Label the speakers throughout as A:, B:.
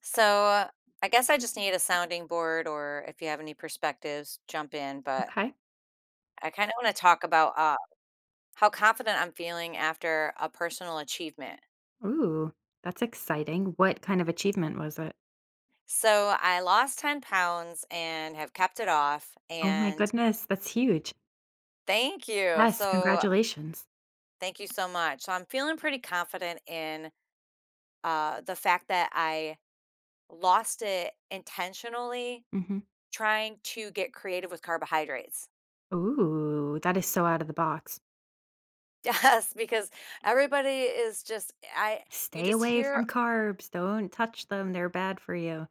A: So I guess I just need a sounding board, or if you have any perspectives, jump in. But
B: Okay.
A: I kind of want to talk about how confident I'm feeling after a personal achievement.
B: Ooh, that's exciting. What kind of achievement was it?
A: So I lost 10 pounds and have kept it off.
B: Oh my
A: And
B: goodness, that's huge.
A: thank you.
B: Yes,
A: So
B: congratulations.
A: thank you so much. So I'm feeling pretty confident in the fact that I lost it intentionally
B: Hmm.
A: trying to get creative with carbohydrates.
B: Ooh, that is so out of the box.
A: Yes, because everybody is just I you
B: Stay
A: just
B: away
A: hear
B: from carbs. Don't touch them. They're bad for you.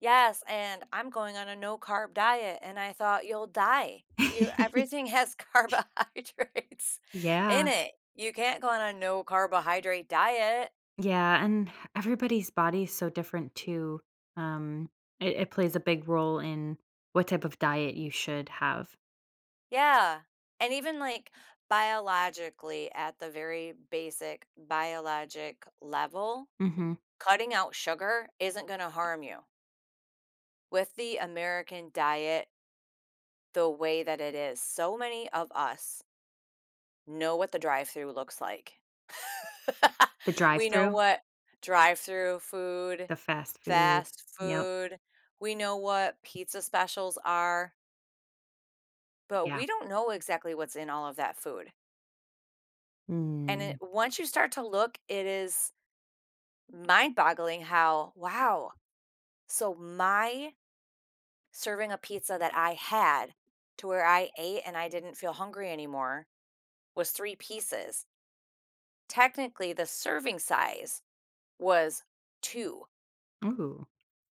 A: yes, and I'm going on a no carb diet and I thought you'll die. You everything has carbohydrates in
B: yeah.
A: it. You can't go on a no carbohydrate diet.
B: Yeah. And everybody's body is so different too. Um, it plays a big role in what type of diet you should have.
A: Yeah. And even like biologically at the very basic biologic level,
B: Hmm.
A: cutting out sugar isn't going to harm you. With the American diet the way that it is, so many of us know what the drive-through looks like.
B: The drive
A: We know
B: through,
A: what drive-through food,
B: the fast food.
A: fast
B: Yep.
A: food, we know what pizza specials are, but
B: Yeah.
A: we don't know exactly what's in all of that food. And it,
B: Mm.
A: once you start to look, it is mind-boggling how, wow, so my serving a pizza that I had to where I ate and I didn't feel hungry anymore was 3 pieces. Technically, the serving size was two,
B: Ooh.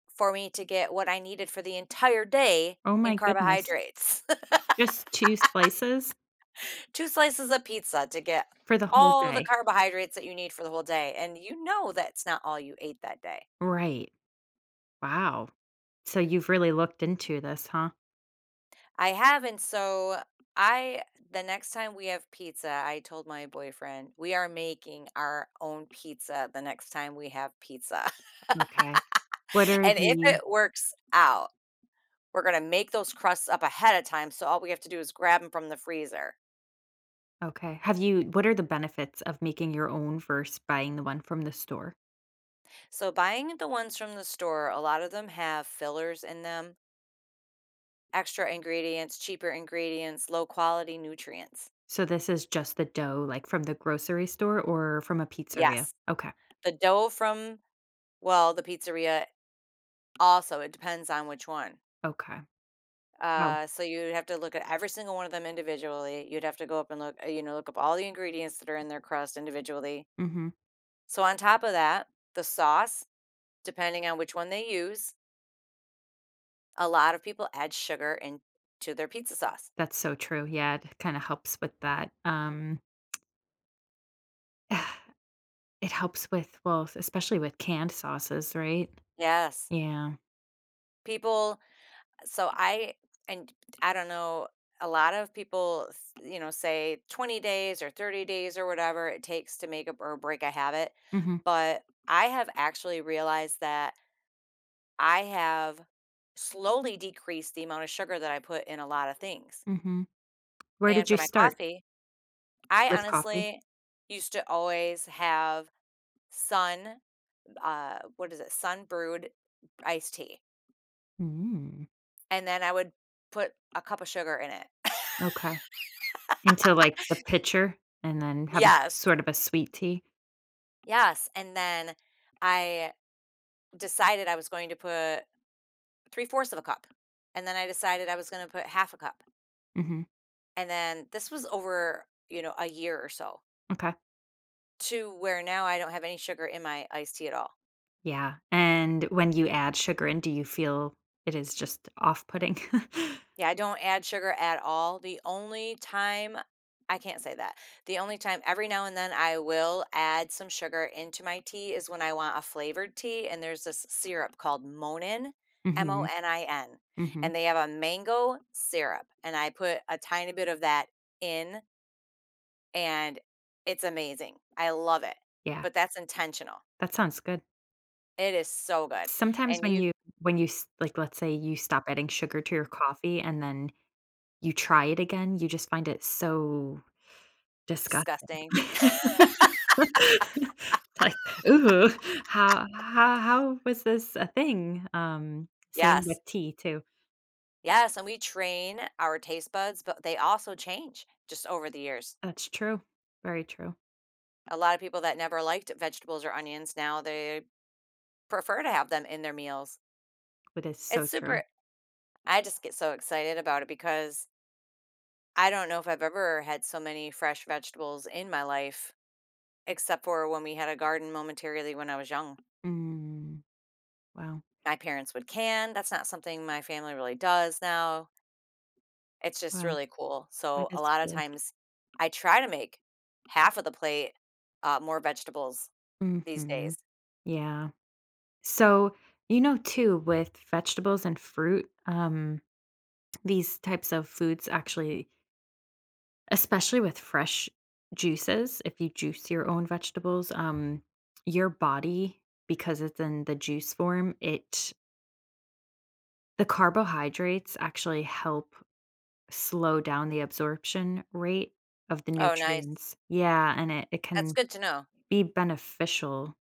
A: for me to get what I needed for the entire day
B: Oh
A: in
B: my goodness.
A: carbohydrates.
B: Just 2 slices
A: 2 slices of pizza to get
B: for the whole
A: all the
B: day?
A: carbohydrates that you need for the whole day, and you know that's not all you ate that day.
B: Right. Wow. So you've really looked into this, huh?
A: I haven't, so I the next time we have pizza, I told my boyfriend, "We are making our own pizza the next time we have pizza."
B: Okay. What are
A: And if
B: the
A: it works out, we're gonna make those crusts up ahead of time, so all we have to do is grab them from the freezer.
B: Okay. Have you What are the benefits of making your own versus buying the one from the store?
A: So buying the ones from the store, a lot of them have fillers in them, extra ingredients, cheaper ingredients, low quality nutrients.
B: So this is just the dough, like, from the grocery store or from a pizzeria?
A: Yes,
B: Okay.
A: the dough from well, the pizzeria also it depends on which one.
B: Okay. Wow.
A: So you'd have to look at every single one of them individually. You'd have to go up and look, you know, look up all the ingredients that are in their crust individually.
B: Mhm.
A: So on top of that, the sauce, depending on which one they use, a lot of people add sugar into their pizza sauce.
B: That's so true. Yeah, it kinda helps with that. It helps with well, especially with canned sauces, right?
A: Yes,
B: Yeah.
A: people so I and I don't know. A lot of people, you know, say 20 days or 30 days or whatever it takes to make a, or break a habit.
B: Mhm.
A: But I have actually realized that I have slowly decreased the amount of sugar that I put in a lot of things.
B: Mhm. Where
A: And
B: did
A: for
B: you
A: my
B: start?
A: coffee, I
B: With coffee?
A: honestly used to always have sun, what is it, sun brewed iced tea.
B: Mm.
A: And then I would put a cup of sugar in it.
B: Okay. Into, like, the pitcher and then have
A: Yes.
B: sort of a sweet tea?
A: Yes, and then I decided I was going to put 3 fourths of a cup, and then I decided I was gonna put half a cup,
B: Mhm.
A: and then this was over, you know, a year or so,
B: Okay.
A: to where now I don't have any sugar in my iced tea at all.
B: Yeah, and when you add sugar in, do you feel it is just off-putting?
A: Yeah, I don't add sugar at all. The only time I can't say that. The only time, every now and then, I will add some sugar into my tea is when I want a flavored tea and there's this syrup called Monin, M O
B: Mhm,
A: N I N,
B: mhm.
A: and they have a mango syrup and I put a tiny bit of that in and it's amazing. I love it.
B: Yeah,
A: But that's intentional.
B: that sounds good.
A: It is so good.
B: Sometimes
A: And you
B: when you s like, let's say you stop adding sugar to your coffee and then you try it again, you just find it so disgusting.
A: disgusting.
B: It's like, "Ooh, how was this a thing?" Same with
A: Yes.
B: tea too.
A: Yes, and we train our taste buds, but they also change just over the years.
B: That's true. Very true.
A: A lot of people that never liked vegetables or onions now they prefer to have them in their meals.
B: It is
A: It's
B: so
A: super
B: true.
A: I just get so excited about it because I don't know if I've ever had so many fresh vegetables in my life except for when we had a garden momentarily when I was young.
B: Mm, wow,
A: My parents would can. That's not something my family really does now. It's just
B: wow,
A: really cool.
B: that
A: So a
B: is
A: lot of
B: cool.
A: times I try to make half of the plate, more vegetables these
B: Mhm,
A: days.
B: yeah. So, too, with vegetables and fruit, these types of foods actually especially with fresh juices, if you juice your own vegetables, your body, because it's in the juice form, it the carbohydrates actually help slow down the absorption rate of the
A: Oh, nice.
B: nutrients. Yeah, and it
A: That's
B: can
A: good to know.
B: be beneficial.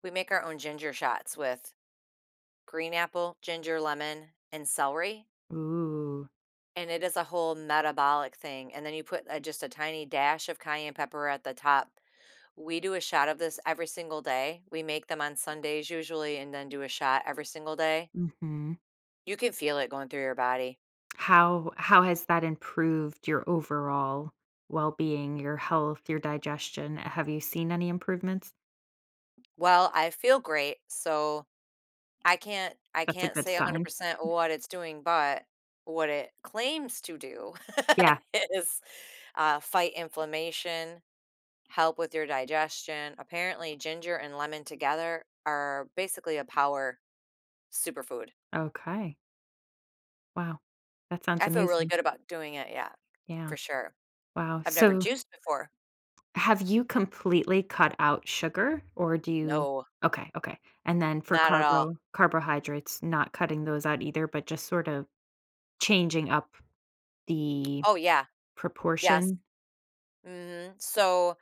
A: We make our own ginger shots with green apple, ginger, lemon, and celery.
B: Ooh.
A: And it is a whole metabolic thing. And then you put just a tiny dash of cayenne pepper at the top. We do a shot of this every single day. We make them on Sundays usually and then do a shot every single day.
B: Mhm.
A: You can feel it going through your body.
B: How has that improved your overall well-being, your health, your digestion? Have you seen any improvements?
A: Well, I feel great. So I can't I
B: That's a
A: can't
B: good
A: say
B: sign.
A: 100% what it's doing, but what it claims to do
B: Yeah.
A: is, fight inflammation, help with your digestion. Apparently, ginger and lemon together are basically a power superfood.
B: Okay. Wow. That sounds
A: I feel really
B: amazing.
A: good about doing it, yeah, for
B: Yeah.
A: sure.
B: Wow.
A: I've never
B: So
A: juiced before.
B: have you completely cut out sugar, or do you?
A: No,
B: Okay, okay. And then for
A: not at all.
B: carbohydrates, not cutting those out either, but just sort of changing up the
A: Oh, yeah, yes,
B: proportion.
A: mhm. So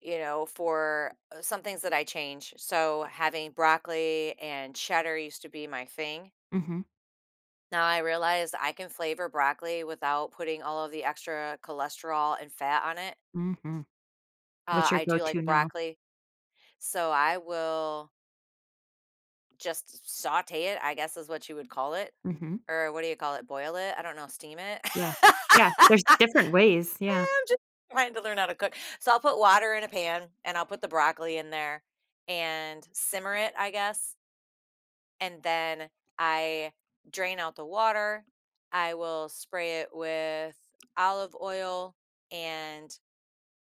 A: you know, for some things that I change. So having broccoli and cheddar used to be my thing.
B: Mhm.
A: Now I realized I can flavor broccoli without putting all of the extra cholesterol and fat on it.
B: Mhm.
A: Uh,
B: What's your
A: I do
B: go-to
A: like
B: now?
A: broccoli, so I will just saute it, I guess is what you would call it.
B: Mhm.
A: Or what do you call it? Boil it? I don't know, steam it.
B: Yeah. Yeah, there's
A: I'm
B: different ways. Yeah.
A: just trying to learn how to cook. So I'll put water in a pan and I'll put the broccoli in there and simmer it, I guess and then I drain out the water. I will spray it with olive oil and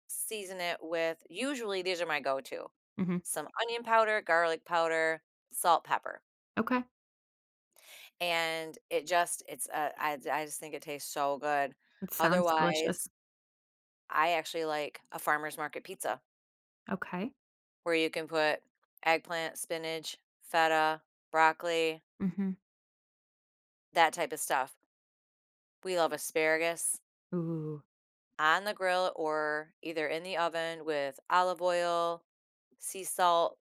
A: season it with usually these are my go to
B: Mhm.
A: some onion powder, garlic powder, salt, pepper.
B: Okay.
A: And it just, I just think it tastes so good.
B: It sounds delicious.
A: Otherwise, I actually like a farmer's market pizza
B: Okay.
A: where you can put eggplant, spinach, feta, broccoli,
B: Mhm.
A: that type of stuff. We love asparagus
B: Ooh,
A: on the grill or either in the oven with olive oil, sea salt,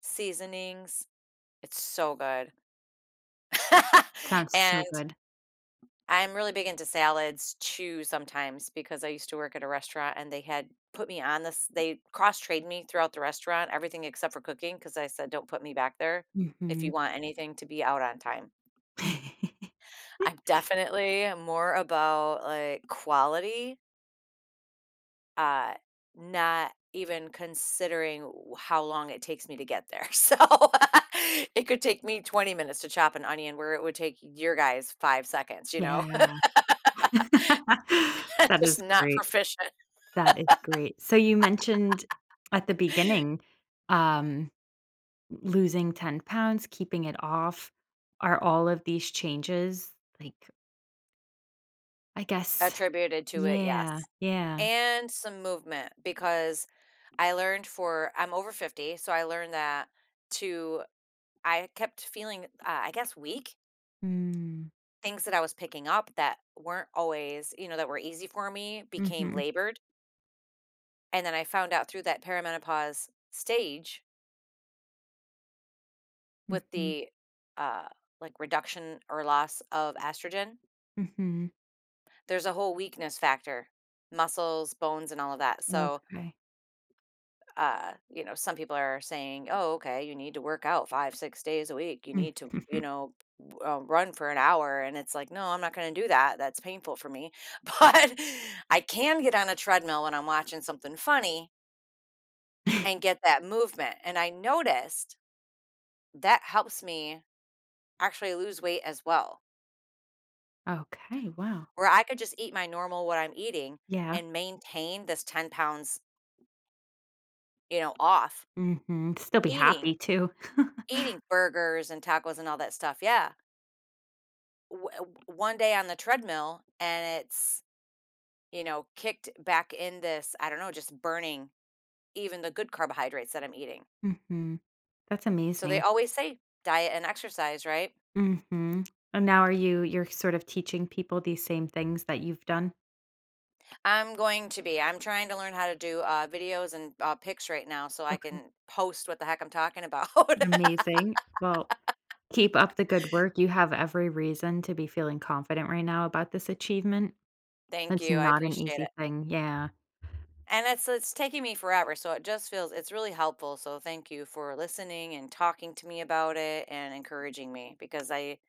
A: seasonings. It's so good.
B: sounds so
A: And
B: good.
A: I'm really big into salads too sometimes because I used to work at a restaurant and they had put me on this, they cross trade me throughout the restaurant, everything except for cooking, because I said, don't put me back there if you
B: Mhm.
A: want anything to be out on time. I'm definitely more about like quality uh, not even considering how long it takes me to get there. So it could take me 20 minutes to chop an onion where it would take your guys 5 seconds, you know?
B: Yeah.
A: It's
B: That
A: just
B: is
A: not
B: great.
A: proficient.
B: That is great. So you mentioned at the beginning, um, losing 10 pounds, keeping it off. Are all of these changes, like, I guess,
A: Attributed to it,
B: yeah,
A: yes.
B: yeah.
A: And some movement because I learned for, I'm over 50, so I learned that to, I kept feeling, I guess, weak.
B: Mm,
A: Things that I was picking up that weren't always, you know, that were easy for me became
B: mhm,
A: labored. And then I found out through that perimenopause stage with
B: mhm,
A: the, uh, like reduction or loss of estrogen,
B: mhm.
A: there's a whole weakness factor, muscles, bones, and all of that. So,
B: Okay.
A: you know, some people are saying, oh, okay, you need to work out five, 6 days a week. You
B: Mm,
A: need to, you
B: mhm.
A: know, run for an hour. And it's like, no, I'm not going to do that. That's painful for me. But I can get on a treadmill when I'm watching something funny and get that movement. And I noticed that helps me actually lose weight as well.
B: Okay, wow.
A: Where I could just eat my normal what I'm eating
B: Yeah.
A: and maintain this 10 pounds, you know, off
B: Mhm. Still be
A: eating,
B: happy too.
A: eating burgers and tacos and all that stuff. Yeah. One day on the treadmill and it's, you know, kicked back in this, I don't know, just burning even the good carbohydrates that I'm eating.
B: Mhm. That's
A: So they
B: amazing.
A: always say diet and exercise, right?
B: Mhm. And now, are you you're sort of teaching people these same things that you've done?
A: I'm going to be. I'm trying to learn how to do videos and pics right now so I
B: Okay,
A: can post what the heck I'm talking about.
B: amazing. Well, keep up the good work. You have every reason to be feeling confident right now about this achievement.
A: Thank
B: It's
A: you, I
B: not an
A: appreciate
B: easy
A: it.
B: thing. Yeah.
A: And it's taking me forever, so it just feels it's really helpful, so thank you for listening and talking to me about it and encouraging me because I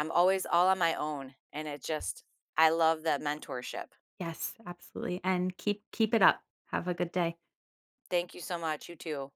A: I'm always all on my own and it just I love that mentorship.
B: Yes, absolutely. And keep it up. Have a good day.
A: Thank you so much. You too.